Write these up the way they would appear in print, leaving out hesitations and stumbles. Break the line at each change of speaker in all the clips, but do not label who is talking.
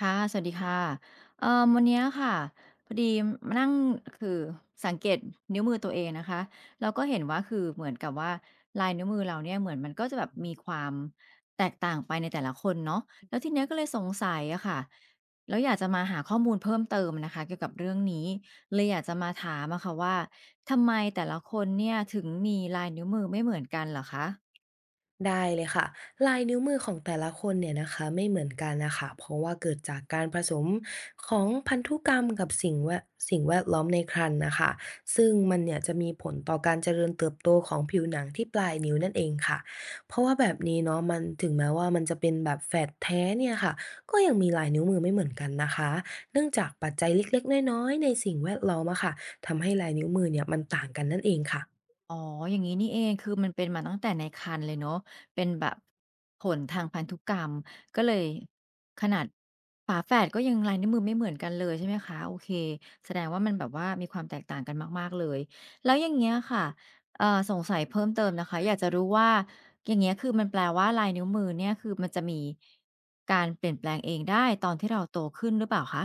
ค่ะสวัสดีค่ะวันเนี้ยค่ะพอดีมานั่งคือสังเกตนิ้วมือตัวเองนะคะเราก็เห็นว่าคือเหมือนกับว่าลายนิ้วมือเราเนี่ยเหมือนมันก็จะแบบมีความแตกต่างไปในแต่ละคนเนาะแล้วทีเนี้ยก็เลยสงสัยอะค่ะแล้วอยากจะมาหาข้อมูลเพิ่มเติมนะคะเกี่ยวกับเรื่องนี้เลยอยากจะมาถามอะค่ะว่าทำไมแต่ละคนเนี่ยถึงมีลายนิ้วมือไม่เหมือนกันเหรอคะ
ได้เลยค่ะลายนิ้วมือของแต่ละคนเนี่ยนะคะไม่เหมือนกันนะคะเพราะว่าเกิดจากการผสมของพันธุกรรมกับสิ่งแวดล้อมในครรภ์นะคะซึ่งมันเนี่ยจะมีผลต่อการเจริญเติบโตของผิวหนังที่ปลายนิ้วนั่นเองค่ะเพราะว่าแบบนี้เนาะมันถึงแม้ว่ามันจะเป็นแบบแฝดแท้เนี่ยค่ะก็ยังมีลายนิ้วมือไม่เหมือนกันนะคะเนื่องจากปัจจัยเล็กๆน้อยๆในสิ่งแวดล้อมอะค่ะทำให้ลายนิ้วมือเนี่ยมันต่างกันนั่นเองค่ะ
อ๋ออย่างนี้นี่เอง คือมันเป็นมาตั้งแต่ในครรภ์เลยเนาะเป็นแบบผลทางพันธุกรรมก็เลยขนาดฝาแฝดก็ยังลายนิ้วมือไม่เหมือนกันเลยใช่ไหมคะโอเคแสดงว่ามันแบบว่ามีความแตกต่างกันมากๆเลย แล้วอย่างเงี้ยค่ะสงสัยเพิ่มเติมนะคะอยากจะรู้ว่าอย่างเงี้ยคือมันแปลว่าลายนิ้วมือเนี่ยคือมันจะมีการเปลี่ยนแปลงเองได้ตอนที่เราโตขึ้นหรือเปล่าคะ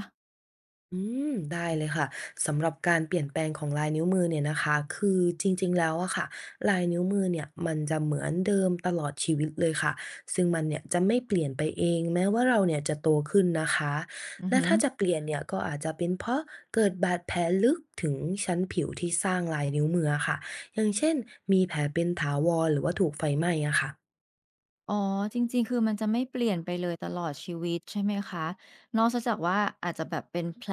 อืมได้เลยค่ะสำหรับการเปลี่ยนแปลงของลายนิ้วมือเนี่ยนะคะคือจริงๆแล้วอะค่ะลายนิ้วมือเนี่ยมันจะเหมือนเดิมตลอดชีวิตเลยค่ะซึ่งมันเนี่ยจะไม่เปลี่ยนไปเองแม้ว่าเราเนี่ยจะโตขึ้นนะคะ
อือ
และ
ฮึ
ถ้าจะเปลี่ยนเนี่ยก็อาจจะเป็นเพราะเกิดบาดแผลลึกถึงชั้นผิวที่สร้างลายนิ้วมืออะค่ะอย่างเช่นมีแผลเป็นถาวรหรือว่าถูกไฟไหม้อะค่ะ
อ๋อจริงๆคือมันจะไม่เปลี่ยนไปเลยตลอดชีวิตใช่ไหมคะนอกซะจากว่าอาจจะแบบเป็นแผล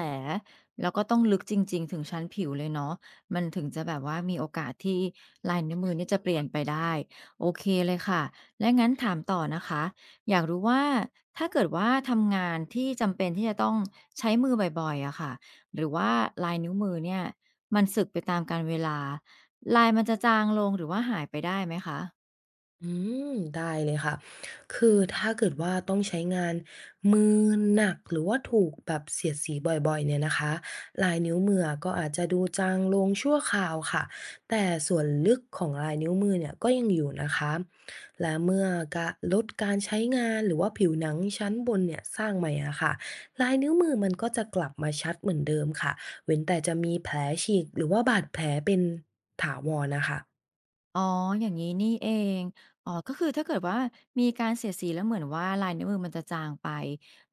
แล้วก็ต้องลึกจริงๆถึงชั้นผิวเลยเนาะมันถึงจะแบบว่ามีโอกาสที่ลายนิ้วมือเนี่ยจะเปลี่ยนไปได้โอเคเลยค่ะและงั้นถามต่อนะคะอยากรู้ว่าถ้าเกิดว่าทำงานที่จำเป็นที่จะต้องใช้มือบ่อยๆอะค่ะหรือว่าลายนิ้วมือเนี่ยมันสึกไปตามกาลเวลาลายมันจะจางลงหรือว่าหายไปได้ไหมคะ
อืมได้เลยค่ะคือถ้าเกิดว่าต้องใช้งานมือหนักหรือว่าถูกแบบเสียดสีบ่อยๆเนี่ยนะคะลายนิ้วมือะก็อาจจะดูจางลงชั่วคราวค่ะแต่ส่วนลึกของลายนิ้วมือเนี่ยก็ยังอยู่นะคะและเมื่อกะลดการใช้งานหรือว่าผิวหนังชั้นบนเนี่ยสร้างใหม่อะค่ะลายนิ้วมือมันก็จะกลับมาชัดเหมือนเดิมค่ะเว้นแต่จะมีแผลฉีกหรือว่าบาดแผลเป็นถาวรนะคะ
อ๋ออย่างนี้นี่เองอ๋อก็คือถ้าเกิดว่ามีการเสียดสีแล้วเหมือนว่าลายนิ้วมือมันจะจางไป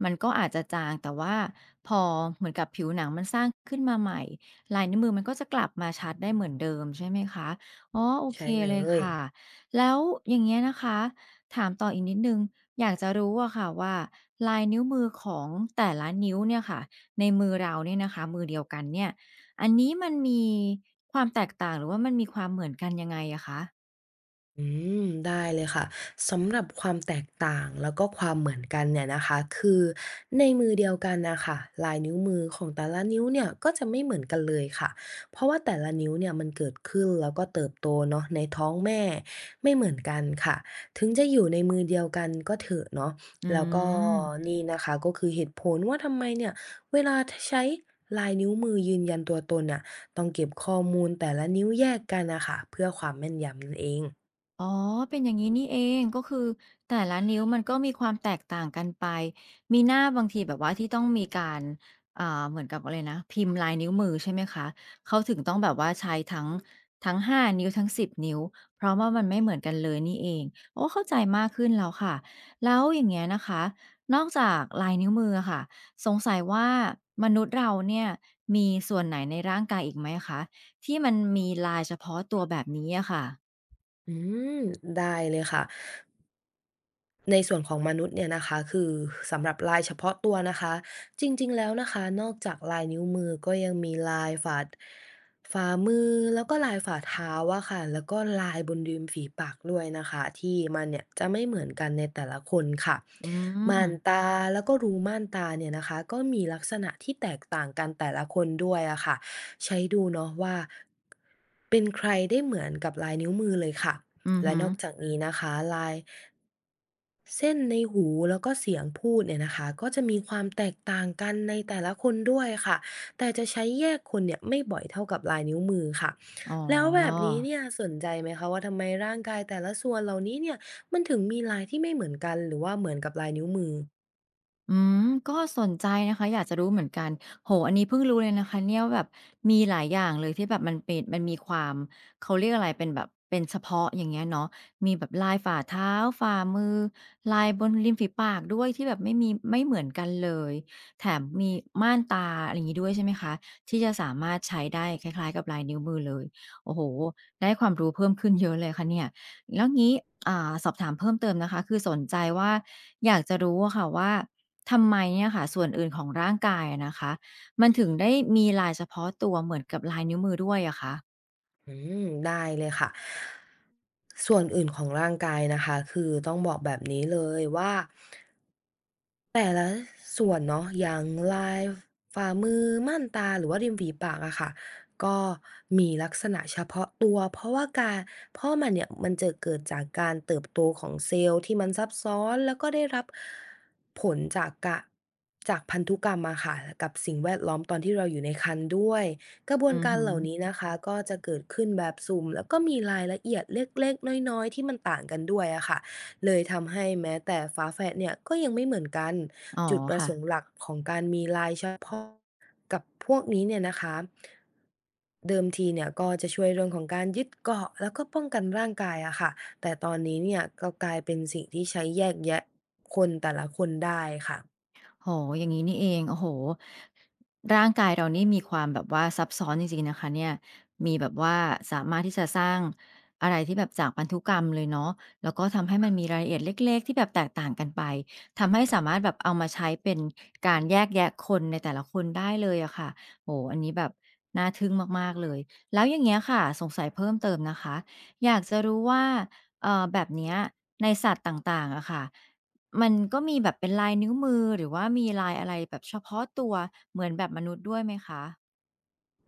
มันก็อาจจะจางแต่ว่าพอเหมือนกับผิวหนังมันสร้างขึ้นมาใหม่ ลายนิ้วมือมันก็จะกลับมาชัดได้เหมือนเดิมใช่ไหมคะอ๋อโอเค
ใช่เล
เลย
ย
ค่ะ แล้วอย่างเงี้ยนะคะ ถามต่ออีกนิดหนึ่งอยากจะรู้อะค่ะว่าลายนิ้วมือของแต่ละนิ้วเนี่ยค่ะในมือเราเนี่ยนะคะมือเดียวกันเนี่ย อันนี้มันมีความแตกต่างหรือว่ามันมีความเหมือนกันยังไงอะคะ
อืมได้เลยค่ะสำหรับความแตกต่างแล้วก็ความเหมือนกันเนี่ยนะคะคือในมือเดียวกันนะคะลายนิ้วมือของแต่ละนิ้วเนี่ยก็จะไม่เหมือนกันเลยค่ะเพราะว่าแต่ละนิ้วเนี่ยมันเกิดขึ้นแล้วก็เติบโตเนาะในท้องแม่ไม่เหมือนกันค่ะถึงจะอยู่ในมือเดียวกันก็เถอะเนาะ
อื
แล้วก็
ม
นี่นะคะก็คือเหตุผลว่าทำไมเนี่ยเวลาใช้ลายนิ้วมือยืนยันตัวตนน่ะต้องเก็บข้อมูลแต่ละนิ้วแยกกันนะคะเพื่อความแม่นยำนั่นเอง
อ๋อ เป็นอย่างงี้นี่เองก็คือแต่ละนิ้วมันก็มีความแตกต่างกันไปมีหน้าบางทีแบบว่าที่ต้องมีการอ่าเหมือนกับอะไรนะ พิมพ์ลายนิ้วมือใช่ไหมคะเขาถึงต้องแบบว่าใช้ทั้ง5 นิ้วทั้ง10 นิ้วเพราะว่ามันไม่เหมือนกันเลยนี่เองโอ้เข้าใจมากขึ้นแล้วค่ะแล้วอย่างเงี้ยนะคะนอกจากลายนิ้วมืออะค่ะสงสัยว่ามนุษย์เราเนี่ยมีส่วนไหนในร่างกายอีกไหมคะที่มันมีลายเฉพาะตัวแบบนี้อะค่ะ
อืมได้เลยค่ะ ในส่วนของมนุษย์เนี่ยนะคะคือสำหรับลายเฉพาะตัวนะคะจริงๆแล้วนะคะนอกจากลายนิ้วมือก็ยังมีลายฝ่าฝ่ามือแล้วก็ลายฝ่าเท้าอะค่ะแล้วก็ลายบนริมฝีปากด้วยนะคะที่มันเนี่ยจะไม่เหมือนกันในแต่ละคนค่ะ
อื
ม่าน
ม
ตาแล้วก็รูม่านตาเนี่ยนะคะก็มีลักษณะที่แตกต่างกันแต่ละคนด้วยอะค่ะใช้ดูเนาะว่าเป็นใครได้เหมือนกับลายนิ้วมือเลยค่ะ
อือ
และ
ฮึ
นอกจากนี้นะคะลาย เส้นในหูแล้วก็เสียงพูดเนี่ยนะคะก็จะมีความแตกต่างกันในแต่ละคนด้วยค่ะแต่จะใช้แยกคนเนี่ยไม่บ่อยเท่ากับลายนิ้วมือค่ะ
อ๋อ
แล้วแบบนี้เนี่ย
อ
สนใจไหมคะว่าทำไมร่างกายแต่ละส่วนเหล่านี้เนี่ยมันถึงมีลายที่ไม่เหมือนกันหรือว่าเหมือนกับลายนิ้วมือ
อืมก็สนใจนะคะอยากจะรู้เหมือนกันโอ้โฮอันนี้เพิ่งรู้เลยนะคะเนี่ยว่าแบบมีหลายอย่างเลยที่แบบมันเป็นมันมีความเขาเรียกอะไรเป็นแบบเป็นเฉพาะอย่างเงี้ยเนาะมีแบบลายฝ่าเท้าฝ่ามือลายบนริมฝีปากด้วยที่แบบไม่มีไม่เหมือนกันเลยแถมมีม่านตาอะไรอย่างงี้ด้วยใช่ไหมคะที่จะสามารถใช้ได้คล้ายๆกับลายนิ้วมือเลยโอ้โฮได้ความรู้เพิ่มขึ้นเยอะเลยค่ะเนี่ยแล้วงี้อ่าสอบถามเพิ่มเติมนะคะคือสนใจว่าอยากจะรู้อะค่ะว่า ทำไมเนี่ยค่ะส่วนอื่นของร่างกายอะนะคะมันถึงได้มีลายเฉพาะตัวเหมือนกับลายนิ้วมือด้วยอะคะ
อืมได้เลยค่ะส่วนอื่นของร่างกายนะคะคือต้องบอกแบบนี้เลยว่า แต่ละส่วนเนาะอย่างลายฝ่ามือม่านตาหรือว่าริมฝีปากอะค่ะก็มีลักษณะเฉพาะตัวเพราะว่าการเพราะมันเนี่ยมันจะเกิดจากการเติบโตของเซลล์ที่มันซับซ้อนแล้วก็ได้รับผลจากจากพันธุกรรมอะค่ะกับสิ่งแวดล้อมตอนที่เราอยู่ในครรภ์ด้วยกระบว
อื
น
อ
การ
ฮึ
เหล่านี้นะคะก็จะเกิดขึ้นแบบสุ่มแล้วก็มีรายละเอียดเล็กๆน้อยๆที่มันต่างกันด้วยอะค่ะ เลยทำให้แม้แต่ฝาแฝดเนี่ยก็ยังไม่เหมือนกัน
อ๋อ
จุด
ค่ะ
กับพวกนี้เนี่ยนะคะเดิมทีเนี่ยก็จะช่วยเรื่องของการยึดเกาะแล้วก็ป้องกันร่างกายอะค่ะแต่ตอนนี้เนี่ยก็กลายเป็นสิ่งที่ใช้แยกแยะคนแต่ละคนได้ค่ะ
โอ้โฮอย่างงี้นี่เอง โอ้โฮร่างกายเรานี่มีความแบบว่าซับซ้อนจริงๆนะคะเนี่ยมีแบบว่าสามารถที่จะสร้างอะไรที่แบบจากพันธุกรรมเลยเนาะแล้วก็ทำให้มันมีรายละเอียดเล็กๆที่แบบแตกต่างกันไป ทำให้สามารถแบบเอามาใช้เป็นการแยกแยะคนในแต่ละคนได้เลยอะค่ะโอ้โฮอันนี้แบบน่าทึ่งมากๆเลย แล้วอย่างเงี้ยค่ะ สงสัยเพิ่มเติมนะคะ อยากจะรู้ว่าแบบเนี้ยในสัตว์ต่างๆอะค่ะ มันก็มีแบบเป็นลายนิ้วมือหรือว่ามีลายอะไรแบบเฉพาะตัวเหมือนแบบมนุษย์ด้วยไหมคะ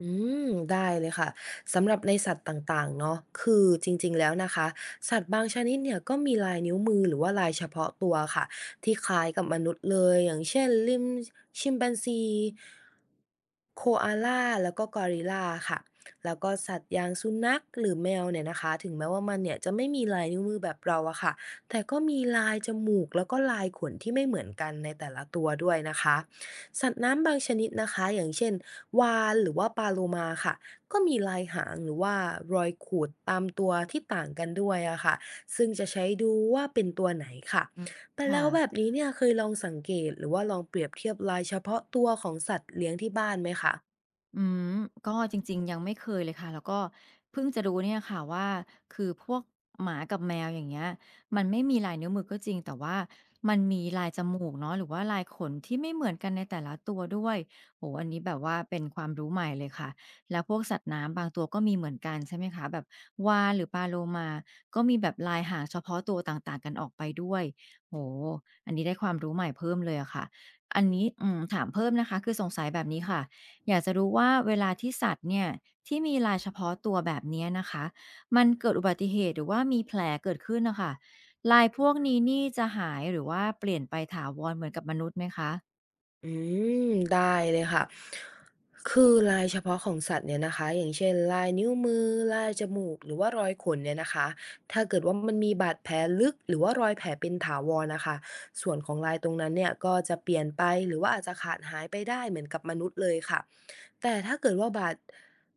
อืมได้เลยค่ะสำหรับในสัตว์ต่างๆเนาะคือจริงๆแล้วนะคะสัตว์บางชนิดเนี่ยก็มีลายนิ้วมือหรือว่าลายเฉพาะตัวค่ะที่คล้ายกับมนุษย์เลยอย่างเช่นชิมแปนซีโคอาลาแล้วก็กอริลลาค่ะแล้วก็สัตว์อย่างสุนัขหรือแมวเนี่ยนะคะถึงแม้ว่ามันเนี่ยจะไม่มีลายนิ้วมือแบบเราอะค่ะแต่ก็มีลายจมูกแล้วก็ลายขนที่ไม่เหมือนกันในแต่ละตัวด้วยนะคะ สัตว์น้ำบางชนิดนะคะอย่างเช่นวาฬหรือว่าปลาโลมาค่ะก็มีลายหางหรือว่ารอยขูดตามตัวที่ต่างกันด้วยอะค่ะซึ่งจะใช้ดูว่าเป็นตัวไหนค่ะ
อืม
แต่
ค่ะ
แล้วแบบนี้เนี่ยเคยลองสังเกตหรือว่าลองเปรียบเทียบลายเฉพาะตัวของสัตว์เลี้ยงที่บ้านไหมคะ
อืมก็จริงๆยังไม่เคยเลยค่ะแล้วก็เพิ่งจะรู้เนี่ยค่ะว่าคือพวกหมากับแมวอย่างเงี้ยมันไม่มีลายนิ้วมือก็จริงแต่ว่ามันมีลายจมูกเนาะหรือว่าลายขนที่ไม่เหมือนกันในแต่ละตัวด้วยโอ้โฮอันนี้แบบว่าเป็นความรู้ใหม่เลยค่ะแล้วพวกสัตว์น้ำบางตัวก็มีเหมือนกันใช่ไหมคะแบบวาฬหรือปลาโลมาก็มีแบบลายหางเฉพาะตัวต่างๆกันออกไปด้วยโอ้โฮอันนี้ได้ความรู้ใหม่เพิ่มเลยอะค่ะอันนี้อืมถามเพิ่มนะคะคือสงสัยแบบนี้ค่ะ อยากจะรู้ว่าเวลาที่สัตว์เนี่ยที่มีลายเฉพาะตัวแบบเนี้ยนะคะมันเกิดอุบัติเหตุหรือว่ามีแผลเกิดขึ้นนะคะลายพวกนี้นี่จะหายหรือว่าเปลี่ยนไปถาวรเหมือนกับมนุษย์ไหมคะ
อืมได้เลยค่ะคือลายเฉพาะของสัตว์เนี่ยนะคะอย่างเช่นลายนิ้วมือลายจมูกหรือว่ารอยขนเนี่ยนะคะถ้าเกิดว่ามันมีบาดแผลลึกหรือว่ารอยแผลเป็นถาวรนะคะส่วนของลายตรงนั้นเนี่ยก็จะเปลี่ยนไปหรือว่าอาจจะขาดหายไปได้เหมือนกับมนุษย์เลยค่ะ แต่ถ้าเกิดว่าบาด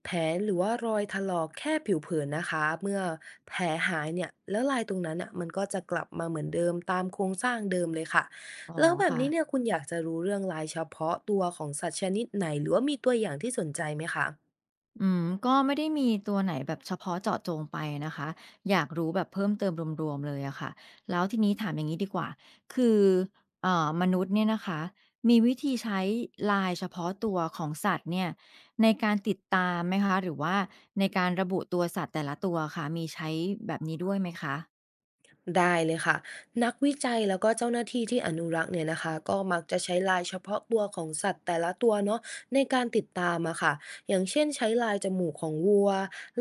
แผลหรือว่ารอยถลอกแค่ผิวเผินนะคะเมื่อแผลหายเนี่ยแล้วลายตรงนั้นน่ะมันก็จะกลับมาเหมือนเดิมตามโครงสร้างเดิมเลยค่ะ
อ๋อ
แล้วแบบนี้เนี่ย
ค่ะ
คุณอยากจะรู้เรื่องลายเฉพาะตัวของสัตว์ชนิดไหนหรือว่ามีตัวอย่างที่สนใจไหมคะ
อืมก็ไม่ได้มีตัวไหนแบบเฉพาะเจาะจงไปนะคะ อยากรู้แบบเพิ่มเติมรวมๆเลยอะค่ะ แล้วทีนี้ถามอย่างงี้ดีกว่า คือมนุษย์เนี่ยนะคะมีวิธีใช้ลายเฉพาะตัวของสัตว์เนี่ยในการติดตามไหมคะ หรือว่าในการระบุตัวสัตว์แต่ละตัวอะค่ะมีใช้แบบนี้ด้วยไหมคะ
ได้เลยค่ะนักวิจัยแล้วก็เจ้าหน้าที่ที่อนุรักษ์เนี่ยนะคะก็มักจะใช้ลายเฉพาะตัวของสัตว์แต่ละตัวเนาะในการติดตามอะค่ะอย่างเช่นใช้ลายจมูกของวัว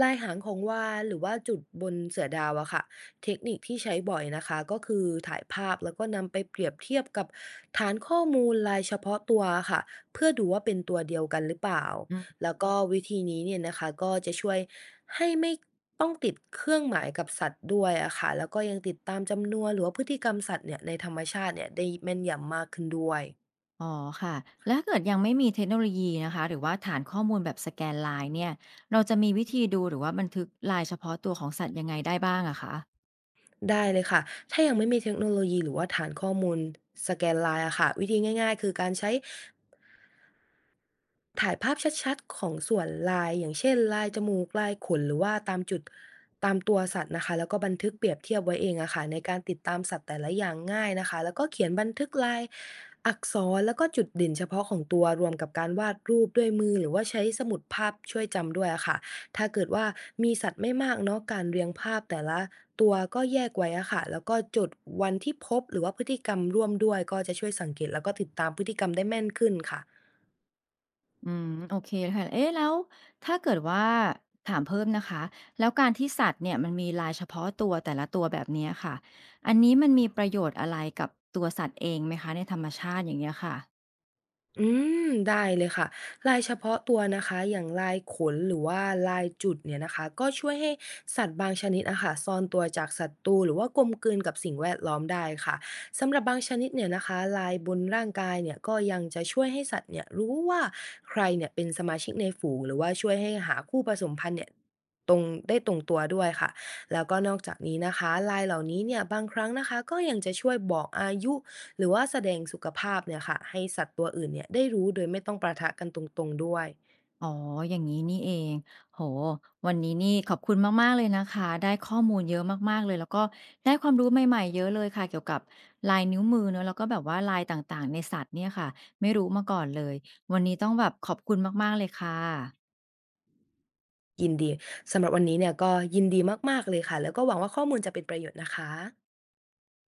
ลายหางของวาฬหรือว่าจุดบนเสือดาวอะค่ะเทคนิคที่ใช้บ่อยนะคะก็คือถ่ายภาพแล้วก็นำไปเปรียบเทียบกับฐานข้อมูลลายเฉพาะตัวค่ะเพื่อดูว่าเป็นตัวเดียวกันหรือเปล่า
อืม
แล้วก็วิธีนี้เนี่ยนะคะก็จะช่วย ให้ไม่ต้องติดเครื่องหมายกับสัตว์ด้วยอะค่ะแล้วก็ยังติดตามจำนวนหรือว่าพฤติกรรมสัตว์เนี่ยในธรรมชาติเนี่ยได้แม่นยำมากขึ้นด้วย
อ๋อค่ะแล้วถ้าเกิดยังไม่มีเทคโนโลยีนะคะ หรือว่าฐานข้อมูลแบบสแกนลายเนี่ยเราจะมีวิธีดูหรือว่าบันทึกลายเฉพาะตัวของสัตว์ยังไงได้บ้างอะคะ
ได้เลยค่ะ ถ้ายังไม่มีเทคโนโลยีหรือว่าฐานข้อมูลสแกนลายอะค่ะวิธีง่ายๆคือการใช้ ถ่ายภาพชัดๆของส่วนลายอย่างเช่นลายจมูกลายขนหรือว่าตามจุดตามตัวสัตว์นะคะแล้วก็บันทึกเปรียบเทียบไว้เองอะค่ะในการติดตามสัตว์แต่ละอย่างง่ายนะคะแล้วก็เขียนบันทึกลายอักษรแล้วก็จุดเด่นเฉพาะของตัวรวมกับการวาดรูปด้วยมือหรือว่าใช้สมุดภาพช่วยจำด้วยอะค่ะถ้าเกิดว่ามีสัตว์ไม่มากเนาะการเรียงภาพแต่ละตัวก็แยกไว้อะค่ะแล้วก็จดวันที่พบหรือว่าพฤติกรรมร่วมด้วยก็จะช่วยสังเกตแล้วก็ติดตามพฤติกรรมได้แม่นขึ้นค่ะ
อืมโอเคค่ะเอ๊ะแล้วถ้าเกิดว่าถามเพิ่มนะคะแล้วการที่สัตว์เนี่ยมันมีลายเฉพาะตัวแต่ละตัวแบบเนี้ยค่ะอันนี้มันมีประโยชน์อะไรกับตัวสัตว์เองไหมคะในธรรมชาติอย่างเงี้ยค่ะ
อืมได้เลยค่ะลายเฉพาะตัวนะคะอย่างลายขนหรือว่าลายจุดเนี่ยนะคะก็ช่วยให้สัตว์บางชนิดอะค่ะซ่อนตัวจากศัตรูหรือว่ากลมกลืนกับสิ่งแวดล้อมได้ค่ะสำหรับบางชนิดเนี่ยนะคะลายบนร่างกายเนี่ยก็ยังจะช่วยให้สัตว์เนี่ยรู้ว่าใครเนี่ยเป็นสมาชิกในฝูงหรือว่าช่วยให้หาคู่ผสมพันธุ์เนี่ยตรงได้ตรงตัวด้วยค่ะ แล้วก็นอกจากนี้นะคะลายเหล่านี้เนี่ยบางครั้งนะคะก็ยังจะช่วยบอกอายุหรือว่าแสดงสุขภาพเนี่ยค่ะให้สัตว์ตัวอื่นเนี่ยได้รู้โดยไม่ต้องประทะกันตรงๆด้วย
อ๋ออย่างนี้นี่เองโหวันนี้นี่ขอบคุณมากๆเลยนะคะได้ข้อมูลเยอะมากๆเลยแล้วก็ได้ความรู้ใหม่ๆเยอะเลยค่ะเกี่ยวกับลายนิ้วมือเนอะแล้วก็แบบว่าลายต่างๆในสัตว์เนี่ยค่ะไม่รู้มาก่อนเลยวันนี้ต้องแบบขอบคุณมากๆเลยค่ะ
ยินดีสำหรับวันนี้เนี่ยก็ยินดีมากๆเลยค่ะแล้วก็หวังว่าข้อมูลจะเป็นประโยชน์นะคะ